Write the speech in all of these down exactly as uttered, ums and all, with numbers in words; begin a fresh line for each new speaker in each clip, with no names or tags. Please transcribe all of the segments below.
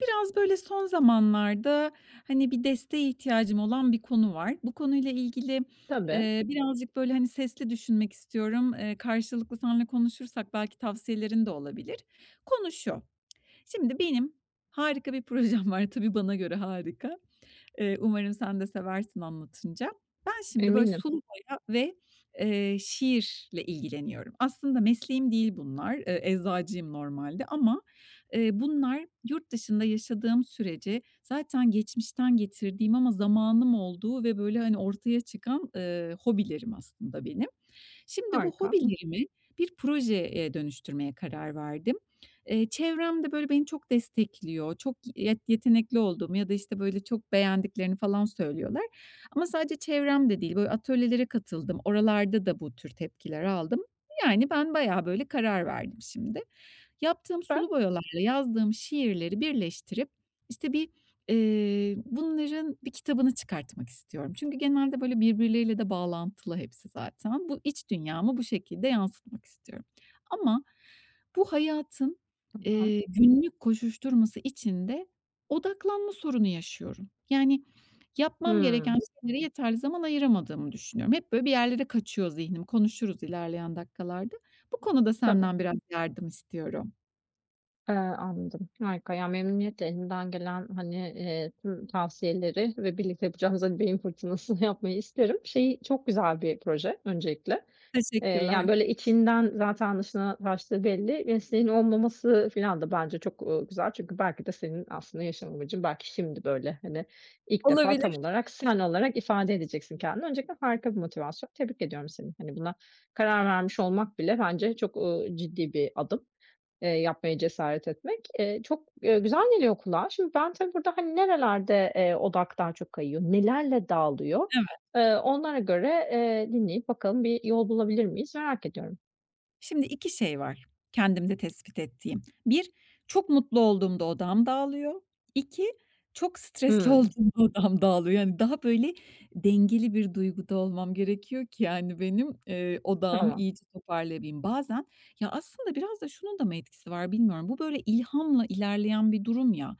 Biraz böyle son zamanlarda, hani, bir desteğe ihtiyacım olan bir konu var. Bu konuyla ilgili,
Tabii,
eee, birazcık böyle, hani, sesli düşünmek istiyorum. Eee, karşılıklı seninle konuşursak belki tavsiyelerin de olabilir. Konu şu: Şimdi benim harika bir projem var, tabii bana göre harika. Eee, umarım sen de seversin anlatınca. Ben şimdi böyle
eminim.
sulu boya ve, eee, şiirle ilgileniyorum. Aslında mesleğim değil bunlar. Eee, eczacıyım normalde ama, eee, bunlar yurt dışında yaşadığım sürece zaten geçmişten getirdiğim ama zamanım olduğu ve böyle, hani, ortaya çıkan, eee, hobilerim aslında benim. Şimdi bu
Harika,
hobilerimi bir projeye dönüştürmeye karar verdim. Eee, çevrem de böyle beni çok destekliyor. Çok yet yetenekli olduğumu ya da, işte, böyle, çok beğendiklerini falan söylüyorlar. Ama sadece çevrem de değil, böyle, atölyelere katıldım. Oralarda da bu tür tepkiler aldım. Yani ben bayağı, böyle, karar verdim şimdi. Yaptığım
süper.
sulu boyalarla yazdığım şiirleri birleştirip, işte, bir, eee, bunların bir kitabını çıkartmak istiyorum. Çünkü genelde, böyle, birbirleriyle de bağlantılı hepsi zaten. Bu iç dünyamı bu şekilde yansıtmak istiyorum. Ama bu hayatın,
Tamam.
eee, günlük koşuşturması içinde odaklanma sorunu yaşıyorum. Yani yapmam gereken
Hımm,
şeylere yeterli zaman ayıramadığımı düşünüyorum. Hep, böyle, bir yerlere kaçıyor zihnim. Konuşuruz ilerleyen dakikalarda. Bu konuda
tabii.
senden biraz yardım istiyorum.
Eee, anladım. Harika. Ya, memnuniyetle elimden gelen, hani, eee, tüm tavsiyeleri ve birlikte yapacağımız, hani, beyin fırtınasını yapmayı isterim. Şeyi çok güzel bir proje öncelikle. Eee, yani,
Teşekkürler.
böyle, içinden zaten dışına taştığı belli. Mesleğin olmaması filan da bence çok, ııı, güzel. Çünkü belki de senin aslında yaşam amacın belki şimdi, böyle, hani, ilk defa
Olabilir.
tam olarak sen olarak ifade edeceksin kendini. Öncelikle harika bir motivasyon. Tebrik ediyorum seni. Hani, buna karar vermiş olmak bile bence çok, ııı, ciddi bir adım. Eee, yapmaya cesaret etmek. Eee, çok, eee, güzel geliyor kulağa. Şimdi ben tabii burada, hani, nerelerde, eee, odak daha çok kayıyor, nelerle dağılıyor?
Evet.
Eee, onlara göre, eee, dinleyip bakalım bir yol bulabilir miyiz merak ediyorum.
Şimdi iki şey var kendimde tespit ettiğim. Bir, çok mutlu olduğumda odam dağılıyor. iki, çok stresli
Hımm,
olduğumda odam dağılıyor. Yani, daha böyle dengeli bir duyguda olmam gerekiyor ki, yani, benim, eee, odağımı
tamam.
iyice toparlayabileyim. Bazen ya, aslında biraz da şunun da mı etkisi var bilmiyorum. Bu böyle ilhamla ilerleyen bir durum ya.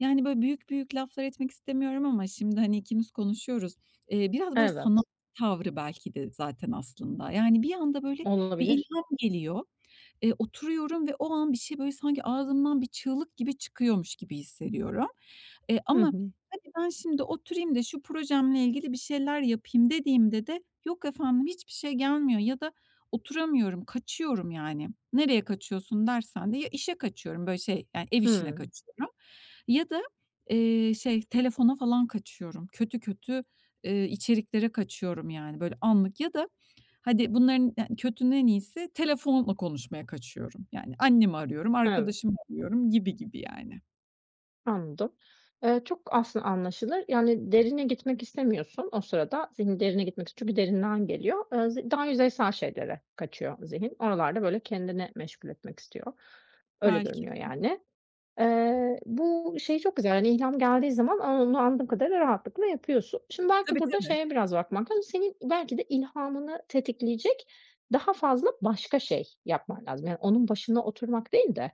Yani, böyle büyük büyük laflar etmek istemiyorum ama şimdi, hani, ikimiz konuşuyoruz. Eee, biraz böyle sanat
Evet,
tavrı belki de zaten aslında. Yani, bir anda böyle bir
olabilir.
geliyor. Eee, oturuyorum ve o an bir şey böyle sanki ağzımdan bir çığlık gibi çıkıyormuş gibi hissediyorum. Eee,
Hı
ama
hı.
hadi ben şimdi oturayım da şu projemle ilgili bir şeyler yapayım dediğimde de yok efendim hiçbir şey gelmiyor ya da oturamıyorum, kaçıyorum yani. Nereye kaçıyorsun dersen de ya işe kaçıyorum, böyle şey, yani ev işine
Hımm,
kaçıyorum ya da, eee, şey telefona falan kaçıyorum. Kötü kötü, eee, içeriklere kaçıyorum yani böyle anlık ya da hadi bunların yani kötünün en iyisi telefonla konuşmaya kaçıyorum. Yani annemi arıyorum,
evet.
arkadaşımı arıyorum gibi gibi yani.
Anladım. Eee, çok aslında anlaşılır. Yani derine gitmek istemiyorsun o sırada. Zihin derine gitmek istiyor. Çünkü derinden geliyor. Eee, z daha yüzeysel şeylere kaçıyor zihin. Oralarda, böyle, kendini meşgul etmek istiyor. Öyle
Belki
görünüyor
de.
yani. Eee, bu şey çok güzel, yani, ilham geldiği zaman onu anladığım kadarıyla rahatlıkla yapıyorsun. Şimdi belki
Tabii,
burada
tabii.
şeye biraz bakmak lazım. Senin belki de ilhamını tetikleyecek daha fazla başka şey yapman lazım. Yani, onun başına oturmak değil de,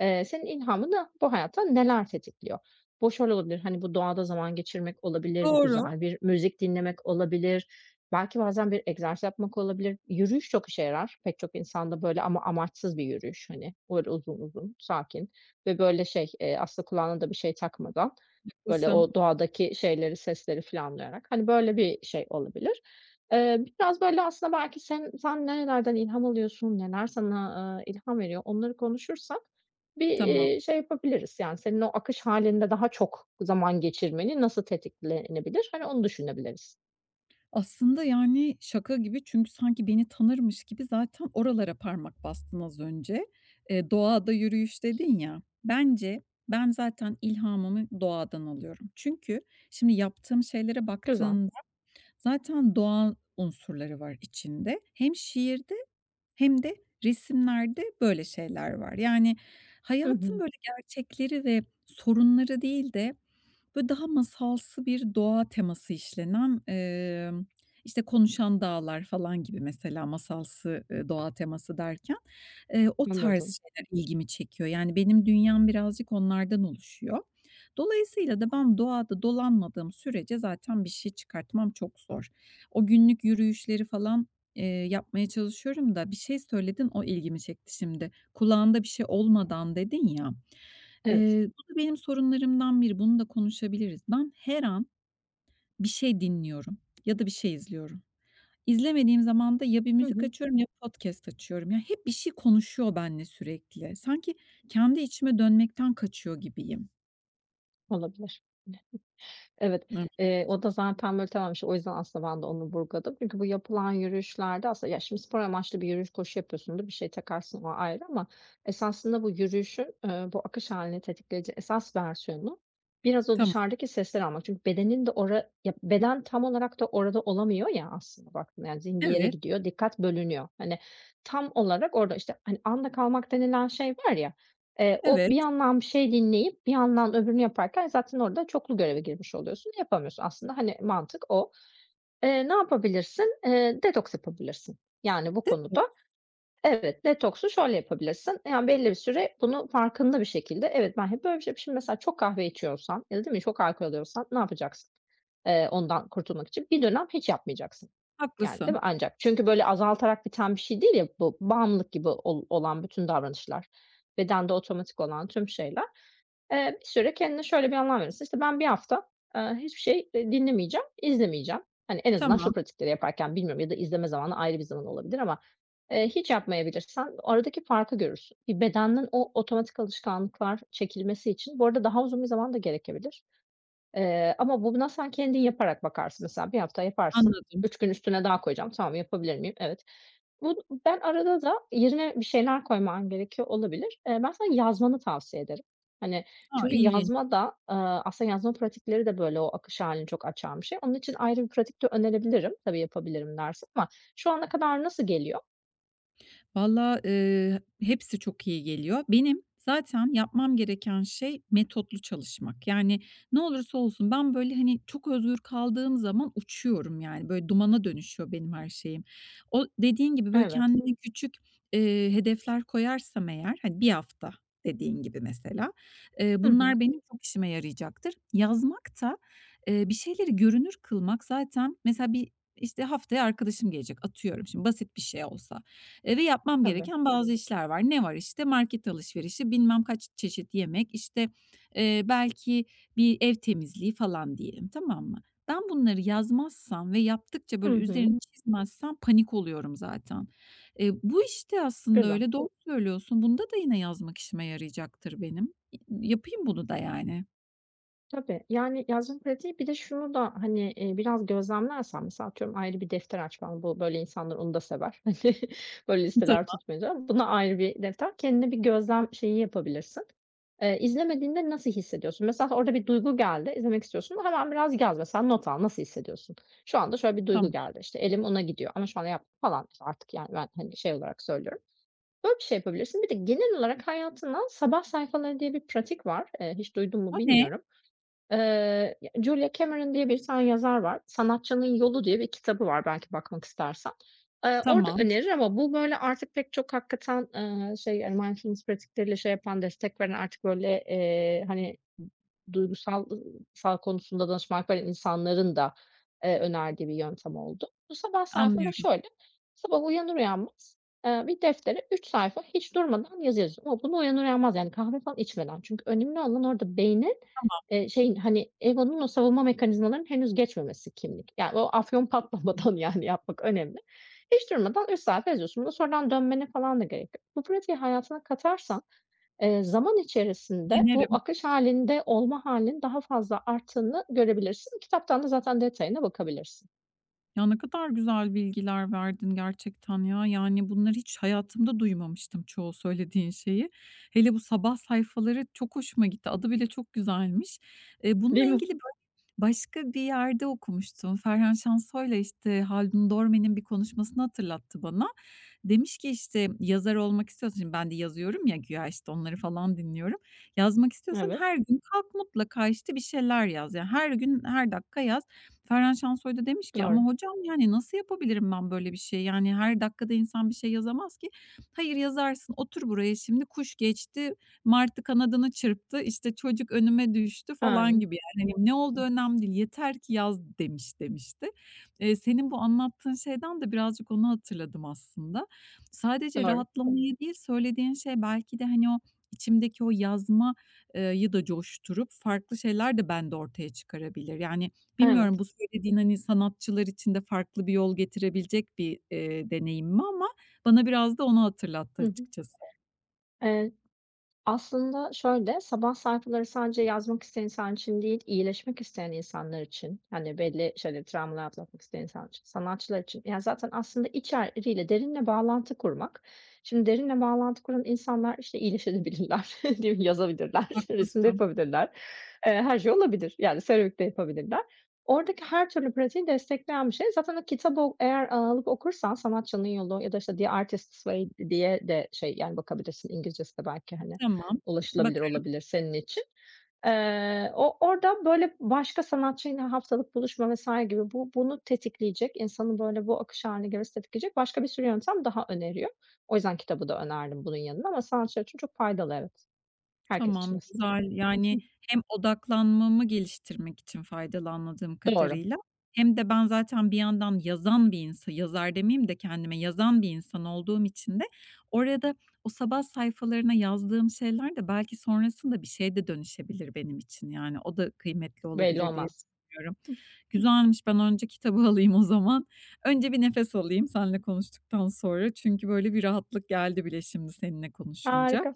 eee, senin ilhamını bu hayatta neler tetikliyor? Bu şöyle olabilir, hani, bu doğada zaman geçirmek olabilir, bu
Doğru,
güzel bir müzik dinlemek olabilir, belki bazen bir egzersiz yapmak olabilir. Yürüyüş çok işe yarar. Pek çok insanda böyle ama amaçsız bir yürüyüş, hani, böyle uzun uzun, sakin. Ve böyle şey, eee, aslında kulağına da bir şey takmadan, böyle
haklısın.
o doğadaki şeyleri, sesleri filan duyarak, hani, böyle bir şey olabilir. Eee, biraz böyle aslında belki sen sen nerelerden ilham alıyorsun, neler sana, eee, ilham veriyor onları konuşursak bir,
Tamam.
eee, şey yapabiliriz, yani, senin o akış halinde daha çok zaman geçirmeni nasıl tetiklenebilir, hani, onu düşünebiliriz.
Aslında, yani, şaka gibi çünkü sanki beni tanırmış gibi zaten oralara parmak bastın az önce. Eee, doğada yürüyüş dedin ya, bence ben zaten ilhamımı doğadan alıyorum. Çünkü şimdi yaptığım şeylere
Güzel.
baktığında zaten doğa unsurları var içinde. Hem şiirde hem de resimlerde böyle şeyler var. Yani,
Hı
hayatın
hı.
böyle gerçekleri ve sorunları değil de böyle daha masalsı bir doğa teması işlenen, emm, işte, Konuşan Dağlar falan gibi mesela masalsı, ııı, doğa teması derken, eee, o
Anladım.
tarz şeyler ilgimi çekiyor. Yani benim dünyam birazcık onlardan oluşuyor. Dolayısıyla da ben doğada dolanmadığım sürece zaten bir şey çıkartmam çok zor. O günlük yürüyüşleri falan, eee, yapmaya çalışıyorum da bir şey söyledin, o ilgimi çekti şimdi. Kulağında bir şey olmadan dedin ya.
Evet.
Eee, bu da benim sorunlarımdan biri. Bunu da konuşabiliriz. Ben her an bir şey dinliyorum ya da bir şey izliyorum. İzlemediğim zaman da ya bir
Hı
müzik
hı.
açıyorum ya podcast açıyorum. Ya hep bir şey konuşuyor benimle sürekli. Sanki kendi içime dönmekten kaçıyor gibiyim.
Olabilir. Evet,
Evet.
eee, o da zaten böyle tamam, işte, o yüzden aslında ben de onu vurguladım. Çünkü bu yapılan yürüyüşlerde aslında ya, şimdi spor amaçlı bir yürüyüş, koşu yapıyorsundur, bir şey takarsın, o ayrı ama esasında bu yürüyüşün, eee, bu akış halini tetikleyici esas versiyonu biraz o
Tamam.
dışarıdaki sesleri almak. Çünkü bedenin de orada, beden tam olarak da orada olamıyor ya aslında baktığında, yani, zihin bir yere
Evet,
gidiyor, dikkat bölünüyor. Hani, tam olarak orada, işte, hani, anda kalmak denilen şey var ya, Eee, o bir
evet.
yandan bir şey dinleyip bir yandan öbürünü yaparken zaten orada çoklu göreve girmiş oluyorsun. Yapamıyorsun aslında. Hani, mantık o. Eee, ne yapabilirsin? Eee, detoks yapabilirsin. Yani bu
Değil mi?
konuda Evet, detoksu şöyle yapabilirsin. Yani belli bir süre bunu farkında bir şekilde evet, ben hep böyle bir şey Şimdi mesela çok kahve içiyorsan ya da değil mi çok alkol alıyorsan ne yapacaksın? Eee, ondan kurtulmak için bir dönem hiç yapmayacaksın. Yani, değil
Haklısın.
mi? Ancak çünkü böyle azaltarak biten bir şey değil ya bu bağımlılık gibi ol olan bütün davranışlar, bedende otomatik olan tüm şeyler. Eee, bir süre kendine şöyle bir anlam verirsin. İşte, ben bir hafta, eee, hiçbir şey, eee, dinlemeyeceğim, izlemeyeceğim. Hani, en azından
Tamam,
şu pratikleri yaparken bilmiyorum ya da izleme zamanı ayrı bir zaman olabilir ama, eee, hiç yapmayabilirsen aradaki farkı görürsün. Bir bedenden o otomatik alışkanlıklar çekilmesi için bu arada daha uzun bir zaman da gerekebilir. Eee, ama buna sen kendin yaparak bakarsın. Mesela bir hafta yaparsın,
anladım.
üç gün üstüne daha koyacağım. Tamam, yapabilir miyim? Evet. Bu ben arada da yerine bir şeyler koyman gerekiyor olabilir. Eee, ben sana yazmanı tavsiye ederim. Hani,
A,
çünkü
ilginç.
yazma da, aaa, aslında yazma pratikleri de böyle o akış hâlini çok açan bir şey. Onun için ayrı bir pratik de önerebilirim, tabii yapabilirim dersen ama şu ana kadar nasıl geliyor?
Valla, eee, hepsi çok iyi geliyor. Benim zaten yapmam gereken şey metotlu çalışmak. Yani ne olursa olsun ben, böyle, hani, çok özgür kaldığım zaman uçuyorum yani. Böyle dumana dönüşüyor benim her şeyim. O dediğin gibi, böyle,
Evet.
kendime küçük, eee, hedefler koyarsam eğer, hani, bir hafta dediğin gibi mesela, eee,
Hı hı.
bunlar benim çok işime yarayacaktır. Yazmak da, eee, bir şeyleri görünür kılmak zaten mesela bir, işte, haftaya arkadaşım gelecek, atıyorum şimdi basit bir şey olsa. Eee, ve yapmam
Tabii.
gereken bazı işler var. Ne var işte? Market alışverişi, bilmem kaç çeşit yemek, işte, eee, belki bir ev temizliği falan diyelim, tamam mı? Ben bunları yazmazsam ve yaptıkça
Hı
böyle
hı.
üzerini çizmezsem panik oluyorum zaten. Eee, bu işte aslında
Güzel.
öyle. Doğru söylüyorsun. Bunda da yine yazmak işime yarayacaktır benim. Yapayım bunu da yani.
Tabii, yani yazım pratiği bir de şunu da, hani, eee, biraz gözlemlersen mesela atıyorum ayrı bir defter açman, bu böyle insanlar onu da sever. Hani, böyle listeler
Tamam.
tutmaca. Buna ayrı bir defter, kendine bir gözlem şeyi yapabilirsin. Eee, izlemediğinde nasıl hissediyorsun? Mesela orada bir duygu geldi, izlemek istiyorsun. Hemen biraz yaz mesela, not al, nasıl hissediyorsun? Şu anda şöyle bir duygu
Tamam.
geldi, işte, elim ona gidiyor ama şu anda yap falan İşte artık yani ben, hani, şey olarak söylüyorum. Böyle bir şey yapabilirsin. Bir de genel olarak hayatından sabah sayfaları diye bir pratik var. Eee, hiç duydun
O
mu
ne?
bilmiyorum. Eee, ya, Julia Cameron diye bir tane yazar var. "Sanatçının Yolu" diye bir kitabı var belki bakmak istersen. Eee, orada
Tamam.
önerir ama bu, böyle, artık pek çok hakikaten, eee, şey, yani, mindfulness pratikleriyle şey yapan, destek veren artık, böyle, eee, hani, duygusal sağlık konusunda danışmanlık veren insanların da, eee, önerdiği bir yöntem oldu. Bu sabah sayfada
Anlıyorum.
şöyle, sabah uyanır uyanmaz, eee, bir deftere üç sayfa hiç durmadan yazı ama bunu uyanır uyanmaz, yani, kahve falan içmeden. Çünkü önemli olan orada beyni. Eee, şeyin, hani, egonun o savunma mekanizmalarının henüz geçmemesi kimlik. Yani o afyon patlamadan, yani, yapmak önemli. Hiç durmadan üç sayfa yazıyorsun. Buna sonradan dönmene falan da gerek yok. Bu pratiği hayatına katarsan, eee, zaman içerisinde bu
Denerim.
akış hâlinde olma hâlinin daha fazla arttığını görebilirsin. Kitaptan da zaten detayına bakabilirsin.
Ya, ne kadar güzel bilgiler verdin gerçekten ya. Yani, bunları hiç hayatımda duymamıştım çoğu söylediğin şeyi. Hele bu sabah sayfaları çok hoşuma gitti. Adı bile çok güzelmiş. Eee, bununla
Değil mi?
ilgili böyle başka bir yerde okumuştum. Ferhan Şansoy'la işte, Haldun Dorme'nin bir konuşmasını hatırlattı bana. Demiş ki, işte, yazar olmak istiyorsan, şimdi ben de yazıyorum ya güya, işte, onları falan dinliyorum. Yazmak istiyorsan
Evet,
her gün kalk mutlaka, işte, bir şeyler yaz. Yani, her gün her dakika yaz. Ferhan Şansoy da demiş ki, "Ama
doğru.
hocam, yani, nasıl yapabilirim ben böyle bir şey? Yani, her dakikada insan bir şey yazamaz ki." "Hayır, yazarsın. Otur buraya şimdi, kuş geçti, martı kanadını çırptı, işte, çocuk önüme düştü." falan
Aynen,
gibi. Yani, hani, ne oldu önemli değil, yeter ki yaz demiş, demişti. Eee, senin bu anlattığın şeyden de birazcık onu hatırladım aslında. Sadece
doğru.
rahatlamayı değil, söylediğin şey belki de, hani, o içimdeki o yazma eee, da coşturup farklı şeyler de bende ortaya çıkarabilir. Yani, bilmiyorum
Evet.
bu söylediğin, hani, sanatçılar için de farklı bir yol getirebilecek bir, eee, deneyim mi ama bana biraz da onu hatırlattı
Hı hı.
açıkçası.
Eee Aslında şöyle, sabah sayfaları sadece yazmak isteyen insan için değil, iyileşmek isteyen insanlar için, hani belli şöyle travmalar atlatmak isteyen insan için, sanatçılar için. Yani zaten aslında içeriğiyle derinle bağlantı kurmak. Şimdi derinle bağlantı kuran insanlar işte iyileşebilirler, değil mi? Yazabilirler, resim de
Haklısın.
yapabilirler. Eee, her şey olabilir. Yani seramik de yapabilirler. Oradaki her türlü pratiği destekleyen bir şey. Zaten o kitabı o- eğer alıp okursan Sanatçının Yolu ya da işte The Artist's Way diye de şey yani bakabilirsin İngilizcesi de belki hani
Tamam.
Ulaşılabilir
Bakar.
olabilir senin için. Eee, o orada, böyle, başka sanatçıyla haftalık buluşma vesaire gibi bu bunu tetikleyecek, insanı böyle, bu akış haline girmesi tetikleyecek başka bir sürü yöntem daha öneriyor. O yüzden kitabı da önerdim bunun yanına ama sanatçılar için çok faydalı evet. Herkes için
Tamam,
aslında.
güzel.
Hı
Yani
hı.
hem odaklanmamı geliştirmek için faydalı anladığım
Doğru.
kadarıyla hem de ben zaten bir yandan yazan bir insan, yazar demeyeyim de kendime, yazan bir insan olduğum için de orada o sabah sayfalarına yazdığım şeyler de belki sonrasında bir şeye de dönüşebilir benim için. Yani o da kıymetli
Belli
olabilir diye
olmaz.
düşünüyorum. Güzelmiş. Ben önce kitabı alayım o zaman. Önce bir nefes alayım seninle konuştuktan sonra. Çünkü böyle bir rahatlık geldi bile şimdi seninle konuşunca.
Harika.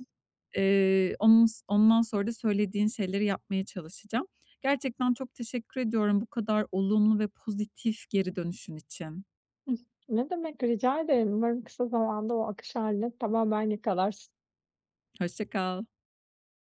Eee, onun ondan sonra da söylediğin şeyleri yapmaya çalışacağım. Gerçekten çok teşekkür ediyorum bu kadar olumlu ve pozitif geri dönüşün için.
Hıh. Ne demek, rica ederim. Umarım kısa zamanda o akış haline tamamen yakalarsın.
Hoşça kal.